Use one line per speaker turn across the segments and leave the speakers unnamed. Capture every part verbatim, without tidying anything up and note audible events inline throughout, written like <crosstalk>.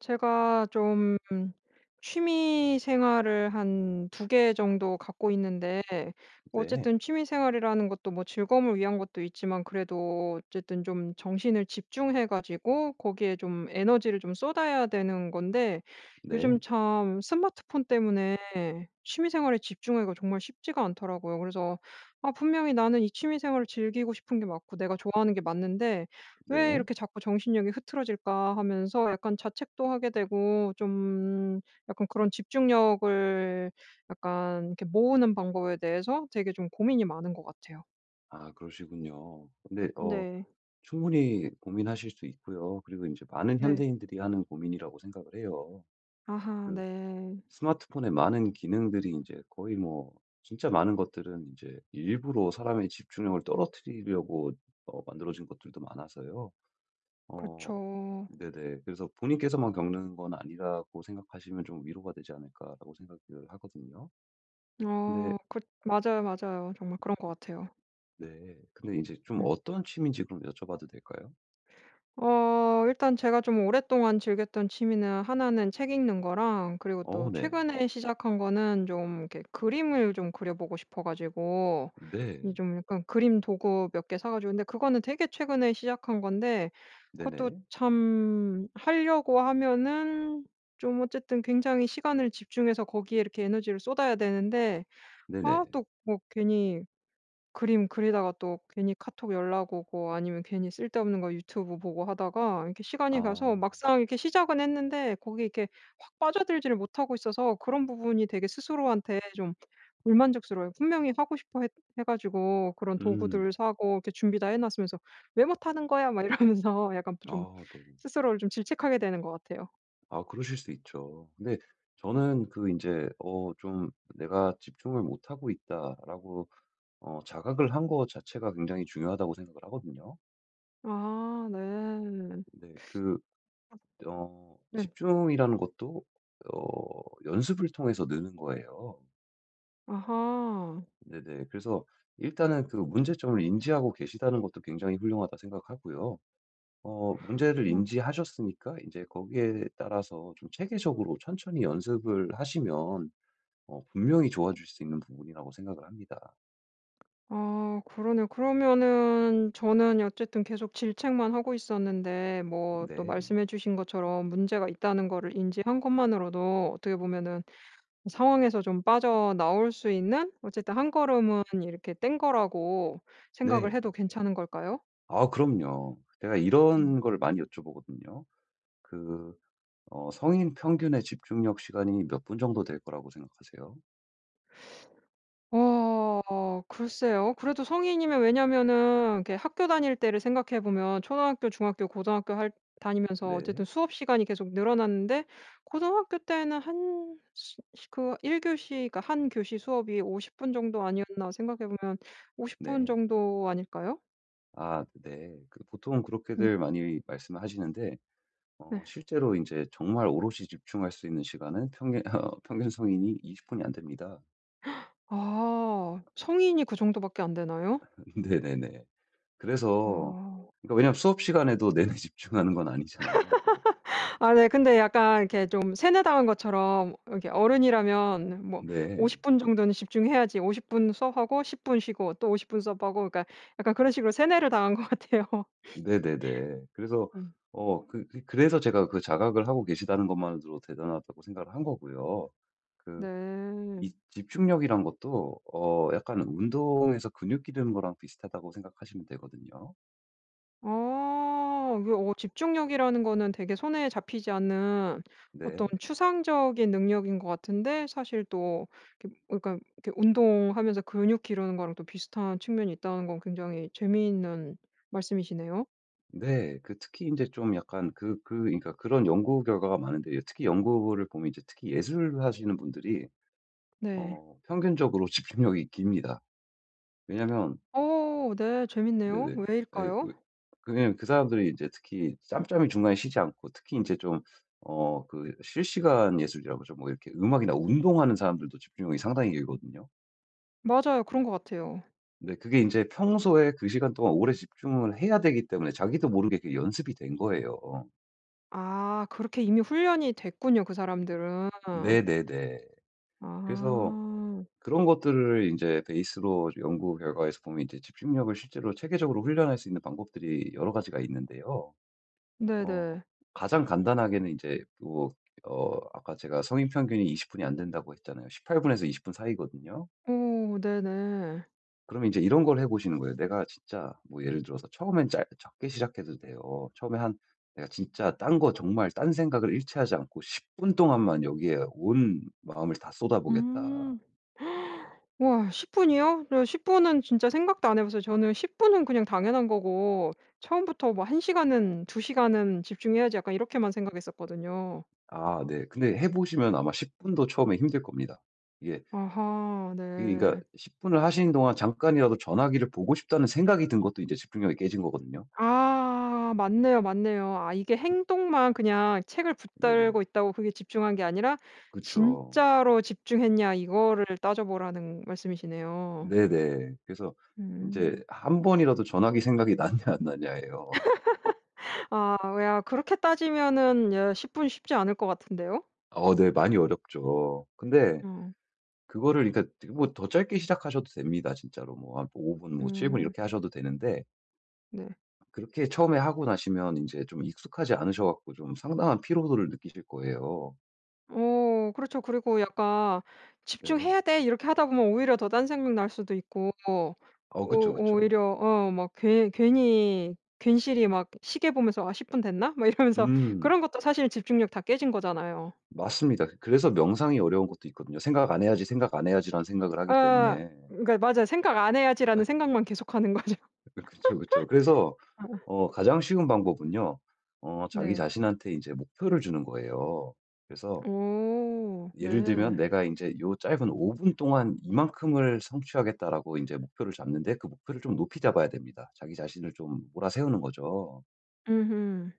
제가 좀 취미 생활을 한 두 개 정도 갖고 있는데,
네.
어쨌든 취미 생활이라는 것도 뭐 즐거움을 위한 것도 있지만 그래도 어쨌든 좀 정신을 집중해 가지고 거기에 좀 에너지를 좀 쏟아야 되는 건데,
네.
요즘 참 스마트폰 때문에 취미 생활에 집중하기가 정말 쉽지가 않더라고요. 그래서 아 분명히 나는 이 취미 생활을 즐기고 싶은 게 맞고 내가 좋아하는 게 맞는데 '왜
네.
이렇게 자꾸 정신력이 흐트러질까?' 하면서 약간 자책도 하게 되고 좀 약간 그런 집중력을 약간 이렇게 모으는 방법에 대해서 되게 좀 고민이 많은 것 같아요.
아 그러시군요. 근데 어
네.
충분히 고민하실 수 있고요. 그리고 이제 많은
네.
현대인들이 하는 고민이라고 생각을 해요.
아하
그
네.
스마트폰의 많은 기능들이 이제 거의 뭐 진짜 많은 것들은 이제 일부러 사람의 집중력을 떨어뜨리려고 어 만들어진 것들도 많아서요. 어
그렇죠.
네네. 그래서 '본인께서만 겪는 건 아니라고 생각하시면 좀 위로가 되지 않을까.'라고 생각을 하거든요. 근데
어 그 맞아요, 맞아요. 정말 그런 것 같아요.
네. 근데 이제 좀
음.
어떤 취미인지 그럼 여쭤봐도 될까요?
어 일단 제가 좀 오랫동안 즐겼던 취미는 하나는 책 읽는 거랑, 그리고 또
어 네.
최근에 시작한 거는 좀 이렇게 그림을 좀 그려 보고 싶어 가지고 이
네.
좀 약간 그림 도구 몇 개 사 가지고. 근데 그거는 되게 최근에 시작한 건데 그것도
네네.
참 하려고 하면은 좀 어쨌든 굉장히 시간을 집중해서 거기에 이렇게 에너지를 쏟아야 되는데, 아
네네.
또 뭐 괜히 그림 그리다가 또 괜히 카톡 연락 오고 아니면 괜히 쓸데없는 거 유튜브 보고 하다가 이렇게 시간이
아.
가서 막상 이렇게 시작은 했는데 거기에 이렇게 확 빠져들지를 못하고 있어서 그런 부분이 되게 스스로한테 좀 불만족스러워요. 분명히 하고 싶어 해 해 가지고 그런 도구들을
음.
사고 이렇게 준비 다 해 놨으면서 '왜 못하는 거야?' 막 이러면서 <laughs> 약간 좀
아 네.
스스로를 좀 질책하게 되는 것 같아요.
아 그러실 수 있죠. 근데 저는 그 이제 어 좀 '내가 집중을 못하고 있다.'라고 어 자각을 한 거 자체가 굉장히 중요하다고 생각을 하거든요.
아 네.
네. 그 어
네.
집중이라는 것도 어 연습을 통해서 느는 거예요.
아하.
네네. 그래서 일단은 그 문제점을 인지하고 계시다는 것도 굉장히 훌륭하다 생각하고요. 어 문제를
어.
인지하셨으니까 이제 거기에 따라서 좀 체계적으로 천천히 연습을 하시면 어 분명히 좋아질 수 있는 부분이라고 생각을 합니다.
아 그러네 그러면은 저는 어쨌든 계속 질책만 하고 있었는데 뭐 또
근데
말씀해 주신 것처럼 문제가 있다는 거를 인지한 것만으로도 어떻게 보면은 상황에서 좀 빠져나올 수 있는 어쨌든 한 걸음은 이렇게 뗀 거라고
네.
생각을 해도 괜찮은 걸까요?
아 그럼요. 제가 이런
음.
걸 많이 여쭤보거든요. 그 어 성인 평균의 집중력 시간이 몇 분 정도 될 거라고 생각하세요?
어 글쎄요. 그래도 성인이면 왜냐면은 이렇게 학교 다닐 때를 생각해 보면 초등학교, 중학교, 고등학교 할 다니면서 어쨌든
네.
수업 시간이 계속 늘어났는데 고등학교 때는 한그일 교시 그러니까 한 교시 수업이 오십 분 정도 아니었나 생각해 보면 오십 분
네.
정도 아닐까요?
아 네. 그 보통
네.
그렇게들 많이 말씀을 하시는데 어
네.
실제로 이제 정말 오롯이 집중할 수 있는 시간은 평균 <laughs> 어 평균 성인이 이십 분이 안 됩니다.
아 성인이 그 정도밖에 안 되나요?
<laughs> 네네네. 그래서
아.
그러니까 왜냐면 수업 시간에도 내내 <laughs> 집중하는 건 아니잖아요. 뭐
아 네. 근데 약간 이렇게 좀 세뇌당한 것처럼 이렇게 어른이라면 뭐
네.
오십 분 정도는 집중해야지 오십 분 수업하고 십 분 쉬고 또 오십 분 수업하고 그러니까 약간 그런 식으로 세뇌를 당한 것 같아요.
네네네. 그래서
음.
어 그 그 그래서 제가 그 자각을 하고 계시다는 것만으로도 대단하다고 생각을 한 거고요. 그
네.
이 집중력이란 것도 어 약간 운동에서 근육 기르는 거랑 비슷하다고 생각하시면 되거든요.
아 이게 어 집중력이라는 거는 되게 손에 잡히지 않는 어떤
네.
추상적인 능력인 것 같은데 사실 또 이렇게 그러니까 이렇게 운동하면서 근육 기르는 거랑 또 비슷한 측면이 있다는 건 굉장히 재미있는 말씀이시네요.
네. 그 특히 이제 좀 약간 그 그 그러니까 그런 연구 결과가 많은데요. 특히 연구를 보면 이제 특히 예술 하시는 분들이
네.
어 평균적으로 <laughs> 집중력이 깁니다. 왜냐면
어 네. 재밌네요.
네네. 예
왜일까요?
그그면그 사람들이 이제 특히 짬짬이 중간에 쉬지 않고 특히 이제 좀 어 그 실시간 예술이라고 그러죠. 뭐 이렇게 음악이나 운동하는 사람들도 집중력이 상당히 길거든요.
맞아요. 그런 것 같아요.
근데 그게 이제 평소에 그 시간 동안 오래 집중을 해야 되기 때문에 자기도 모르게 그게 연습이 된 거예요.
아 그렇게 이미 훈련이 됐군요, 그 사람들은.
네네네. 그래서
아.
그런 것들을 이제 베이스로 연구 결과에서 보면 이제 집중력을 실제로 체계적으로 훈련할 수 있는 방법들이 여러 가지가 있는데요. 어
네네.
가장 간단하게는 이제 뭐 어 아까 제가 성인 평균이 이십 분이 안 된다고 했잖아요. 십팔 분에서 이십 분 사이거든요.
오 네네.
그러면 이제 이런 걸 해 보시는 거예요. 내가 진짜 뭐 예를 들어서 처음엔 짧 적게 시작해도 돼요. 처음에 한 내가 진짜 딴 거 정말 딴 생각을 일체 하지 않고 십 분 동안만 여기에 온 마음을 다 쏟아보겠다.
음. 와 십 분이요? 네 십 분은 진짜 생각도 안 해 봤어요. 저는 십 분은 그냥 당연한 거고 처음부터 뭐 한 시간은 두 시간은 집중해야지 약간 이렇게만 생각했었거든요.
아 네. 근데 해 보시면 아마 십 분도 처음에 힘들 겁니다. 이게
아하
그게 그러니까
네.
십 분을 하시는 동안 잠깐이라도 전화기를 보고 싶다는 생각이 든 것도 이제 집중력이 깨진 거거든요.
아 맞네요, 맞네요. 아 이게 행동만 그냥 책을
네네.
붙들고 있다고 그게 집중한 게 아니라
그쵸.
'진짜로 집중했냐.' 이거를 따져보라는 말씀이시네요.
네네. 그래서 이제
음.
한 번이라도 전화기 생각이 <laughs> 났냐 안 났냐예요.
아 야 그렇게 따지면은 야 십 분 쉽지 않을 것 같은데요.
어 네. 많이 어렵죠. 근데
어.
그거를 그러니까 뭐 더 짧게 시작하셔도 됩니다 진짜로. 뭐 한 오 분 뭐 칠 분
음.
이렇게 하셔도 되는데
네.
그렇게 처음에 하고 나시면 이제 좀 익숙하지 않으셔 갖고 좀 상당한 피로도를 느끼실 거예요.
어 그렇죠. 그리고 약간
네.
'집중해야 돼.' 이렇게 하다 보면 오히려 더 딴 생각 날 수도 있고 오
어 그쵸, 그쵸.
오히려 어 막 괜 괜히 괜시리 막 시계 보면서 '아 십 분 됐나?' 막 이러면서.
음.
그런 것도 사실 집중력 다 깨진 거잖아요.
맞습니다. 그, 그래서 명상이 어려운 것도 있거든요. '생각 안 해야지, 생각 안 해야지.'라는 생각을 하기
아
때문에. <laughs>
그러니까 맞아요. '생각 안 해야지.'라는 생각만 계속하는 거죠.
그 그쵸, 그쵸. 그래서
<laughs>
어 가장 쉬운 방법은요. 어 자기
네.
자신한테 이제 목표를 주는 거예요. 그래서
오
예를 들면
네.
'내가 이제 요 짧은 오 분 동안 이만큼을 성취하겠다.'라고 이제 목표를 잡는데 그 목표를 좀 높이 잡아야 됩니다. 자기 자신을 좀 몰아세우는 거죠.
음음.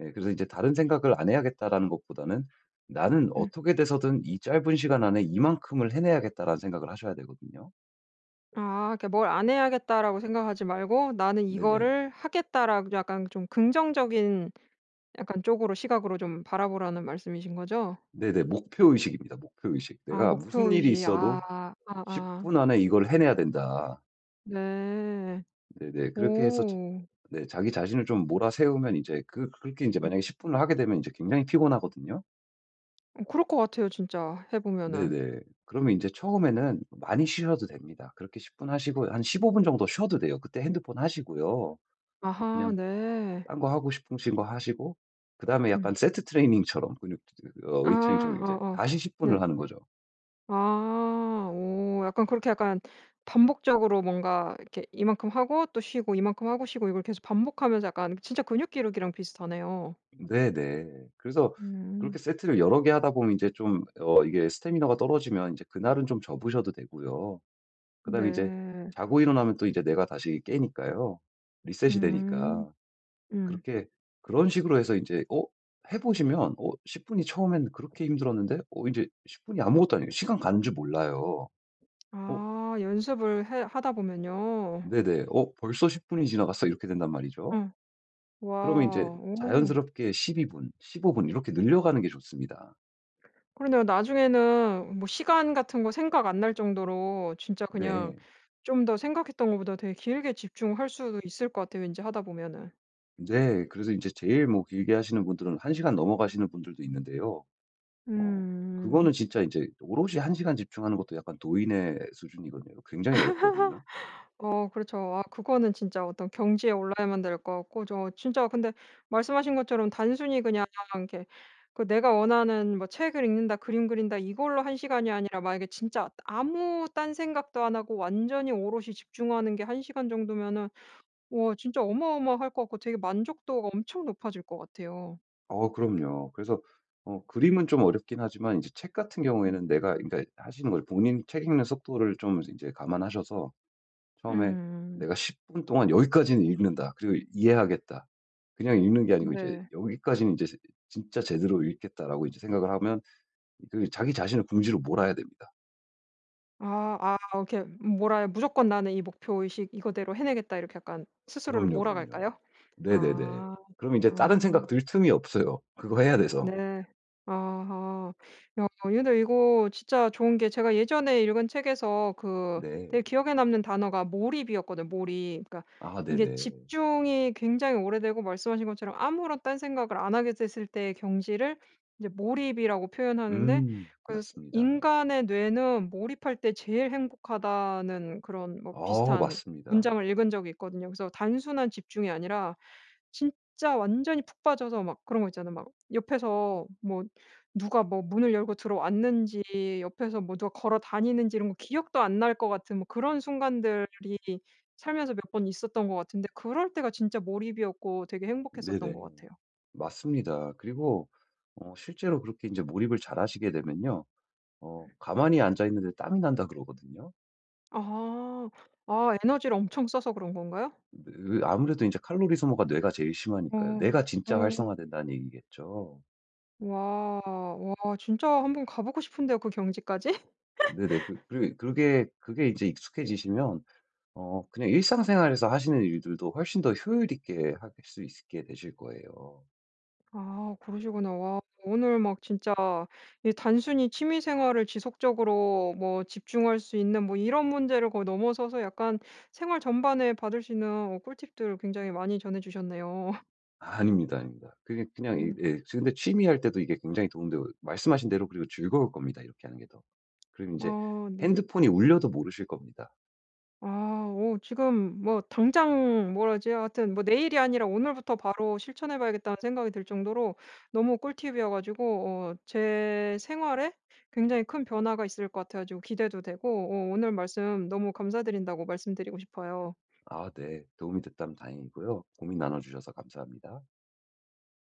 예, 그래서 이제 다른 생각을 안 해야겠다라는 것보다는 '나는
음.
어떻게 돼서든 이 짧은 시간 안에 이만큼을 해내야겠다.'라는 생각을 하셔야 되거든요.
아 그러니까 '뭘 안 해야겠다.'라고 생각하지 말고 '나는
네네.
이거를 하겠다.'라고 약간 좀 긍정적인 약간 쪽으로 시각으로 좀 바라보라는 말씀이신 거죠?
네네. 목표의식입니다, 목표의식.
아
'내가 무슨 일이
목표의식. 아
있어도 10
아아.
분 안에 이걸 해내야 된다.'
네.
네네. 그렇게 해서 자
오.
네 자기 자신을 좀 몰아세우면 이제 그 그렇게 이제
음.
만약에 십 분을 하게 되면 이제 굉장히 피곤하거든요.
어 그럴 것 같아요 진짜 해 보면은.
네네. 그러면 이제 처음에는 많이 쉬셔도 됩니다. 그렇게 십 분 하시고 한 십오 분 정도 쉬어도 돼요. 그때 핸드폰 하시고요. 뭐
아하
그냥
네.
딴 거 하고 싶으신 거 하시고 그다음에
음.
약간 세트 트레이닝처럼 근육 어
아
웨이트 트레이닝처럼 이제
어어.
다시 십 분을
네.
하는 거죠.
아 오 약간 그렇게 약간 반복적으로 뭔가 이렇게 이만큼 하고 또 쉬고 이만큼 하고 쉬고, 이걸 계속 반복하면서 약간 진짜 근육 기르기랑 비슷하네요.
네네. 그래서 그렇게
음.
세트를 여러 개 하다 보면 이제 좀 어 이게 스태미너가 떨어지면 이제 그날은 좀 접으셔도 되고요. 그다음에 이제
네.
자고 일어나면 또 이제 내가 다시 깨니까요. 리셋이
음.
되니까.
음.
그렇게 그런 식으로 해서 이제 어 해 보시면 어 십 분이 처음엔 그렇게 힘들었는데 어 이제십 분이 아무것도 아니에요. 시간 가는 줄 몰라요. 어
아 연습을 해 하다 보면요.
네네. '어 벌써 십 분이 지나갔어.' 이렇게 된단 말이죠.
응
그러면 이제
와. 오.
자연스럽게 십이 분, 십오 분 이렇게 늘려가는 게 좋습니다.
그러네요. 나중에는 뭐 시간 같은 거 생각 안 날 정도로 진짜 그냥
네.
좀 더 생각했던 것보다 되게 길게 집중할 수도 있을 것 같아요, 왠지 하다 보면은.
네. 그래서 이제 제일 뭐 길게 하시는 분들은 한 시간 넘어가시는 분들도 있는데요. 어
음.
그거는 진짜 이제 오롯이 한 시간 집중하는 것도 약간 도인의 수준이거든요. 굉장히 어렵거든요.
어 그렇죠. 아 그거는 진짜 어떤 경지에 올라야만 될 것 같고. 저 진짜 근데 말씀하신 것처럼 단순히 그냥 이렇게 그 내가 원하는 뭐 책을 읽는다, 그림 그린다 이걸로 한 시간이 아니라 만약에 진짜 아무 딴 생각도 안 하고 완전히 오롯이 집중하는 게 한 시간 정도면은 와 진짜 어마어마할 것 같고 되게 만족도가 엄청 높아질 것 같아요.
어 그럼요. 그래서 어 그림은 좀 어렵긴 하지만 이제 책 같은
음.
경우에는 내가 그러니까 하시는 걸 본인 책 읽는 속도를 좀 이제 감안하셔서 처음에
음.
내가 십 분 동안 '여기까지는 읽는다. 그리고 이해하겠다.' 그냥 읽는 게 아니고 이제
네.
'여기까지는 이제 진짜 제대로 읽겠다.'라고 이제 생각을 하면 그 자기 자신을 궁지로 몰아야 됩니다.
아 아 이렇게 뭐라 무조건 나는 이 목표의식 이거대로 해내겠다, 이렇게 약간 스스로를
그럼요, 그럼요.
몰아갈까요?
네네네.
아.
그럼 이제 다른
아
생각 들 틈이 없어요, 그거 해야 돼서.
네. 아하. 야 근데 이거 진짜 좋은 게, 제가 예전에 읽은 책에서 그
네.
되게 기억에 남는 단어가 몰입이었거든요, 몰입. 그러니까
아
이게
네네.
집중이 굉장히 오래되고 말씀하신 것처럼 아무런 딴 생각을 안 하게 됐을 때의 경지를 이제 몰입이라고 표현하는데,
음
그래서
맞습니다.
"인간의 뇌는 몰입할 때 제일 행복하다."는 그런 뭐
어
비슷한
맞습니다.
문장을 읽은 적이 있거든요. 그래서 단순한 집중이 아니라 진짜 완전히 푹 빠져서 막, 그런 거 있잖아. 막 옆에서 뭐 누가 뭐 문을 열고 들어왔는지, 옆에서 뭐 누가 걸어 다니는지 이런 거 기억도 안 날 것 같은 뭐 그런 순간들이 살면서 몇 번 있었던 것 같은데, 그럴 때가 진짜 몰입이었고 되게 행복했었던
네네.
것 같아요.
맞습니다. 그리고 어 실제로 그렇게 이제 몰입을 잘하시게 되면요. 어 "가만히 앉아 있는데 땀이 난다." 그러거든요.
아. 아 에너지를 엄청 써서 그런 건가요?
그 아무래도 인제 칼로리 소모가 뇌가 제일 심하니까요.
어.
뇌가 진짜
어.
활성화된다는 얘기겠죠.
와. 와 진짜 한번 가 보고 싶은데요, 그 경지까지?
네네. 그 그리 그게 그게 이제 익숙해지시면 어 그냥 일상생활에서 하시는 일들도 훨씬 더 효율 있게 하실 수 있게 되실 거예요.
아 그러시구나. 와 오늘 막 진짜 이 단순히 취미 생활을 지속적으로 뭐 집중할 수 있는 뭐 이런 문제를 거의 넘어서서 약간 생활 전반에 받을 수 있는 어 꿀팁들 굉장히 많이 전해 주셨네요.
아닙니다, 아닙니다. 그게
<laughs>
그냥 이
음.
예. 근데 취미할 때도 이게 굉장히 도움되고 말씀하신 대로 그리고 즐거울 겁니다, 이렇게 하는 게 더. 그리고 인제
어 네.
핸드폰이 울려도 모르실 겁니다.
아 오 지금 뭐 당장 뭐라 지 하여튼 뭐 내일이 아니라 오늘부터 바로 실천해 봐야겠다는 생각이 들 정도로 너무 꿀팁이어 가지고, 어 제 생활에 굉장히 큰 변화가 있을 것 같아 가지고 기대도 되고, 어 오늘 말씀 너무 감사드린다고 말씀드리고 싶어요.
아 네. 도움이 됐다면 다행이고요. 고민 나눠 주셔서 감사합니다.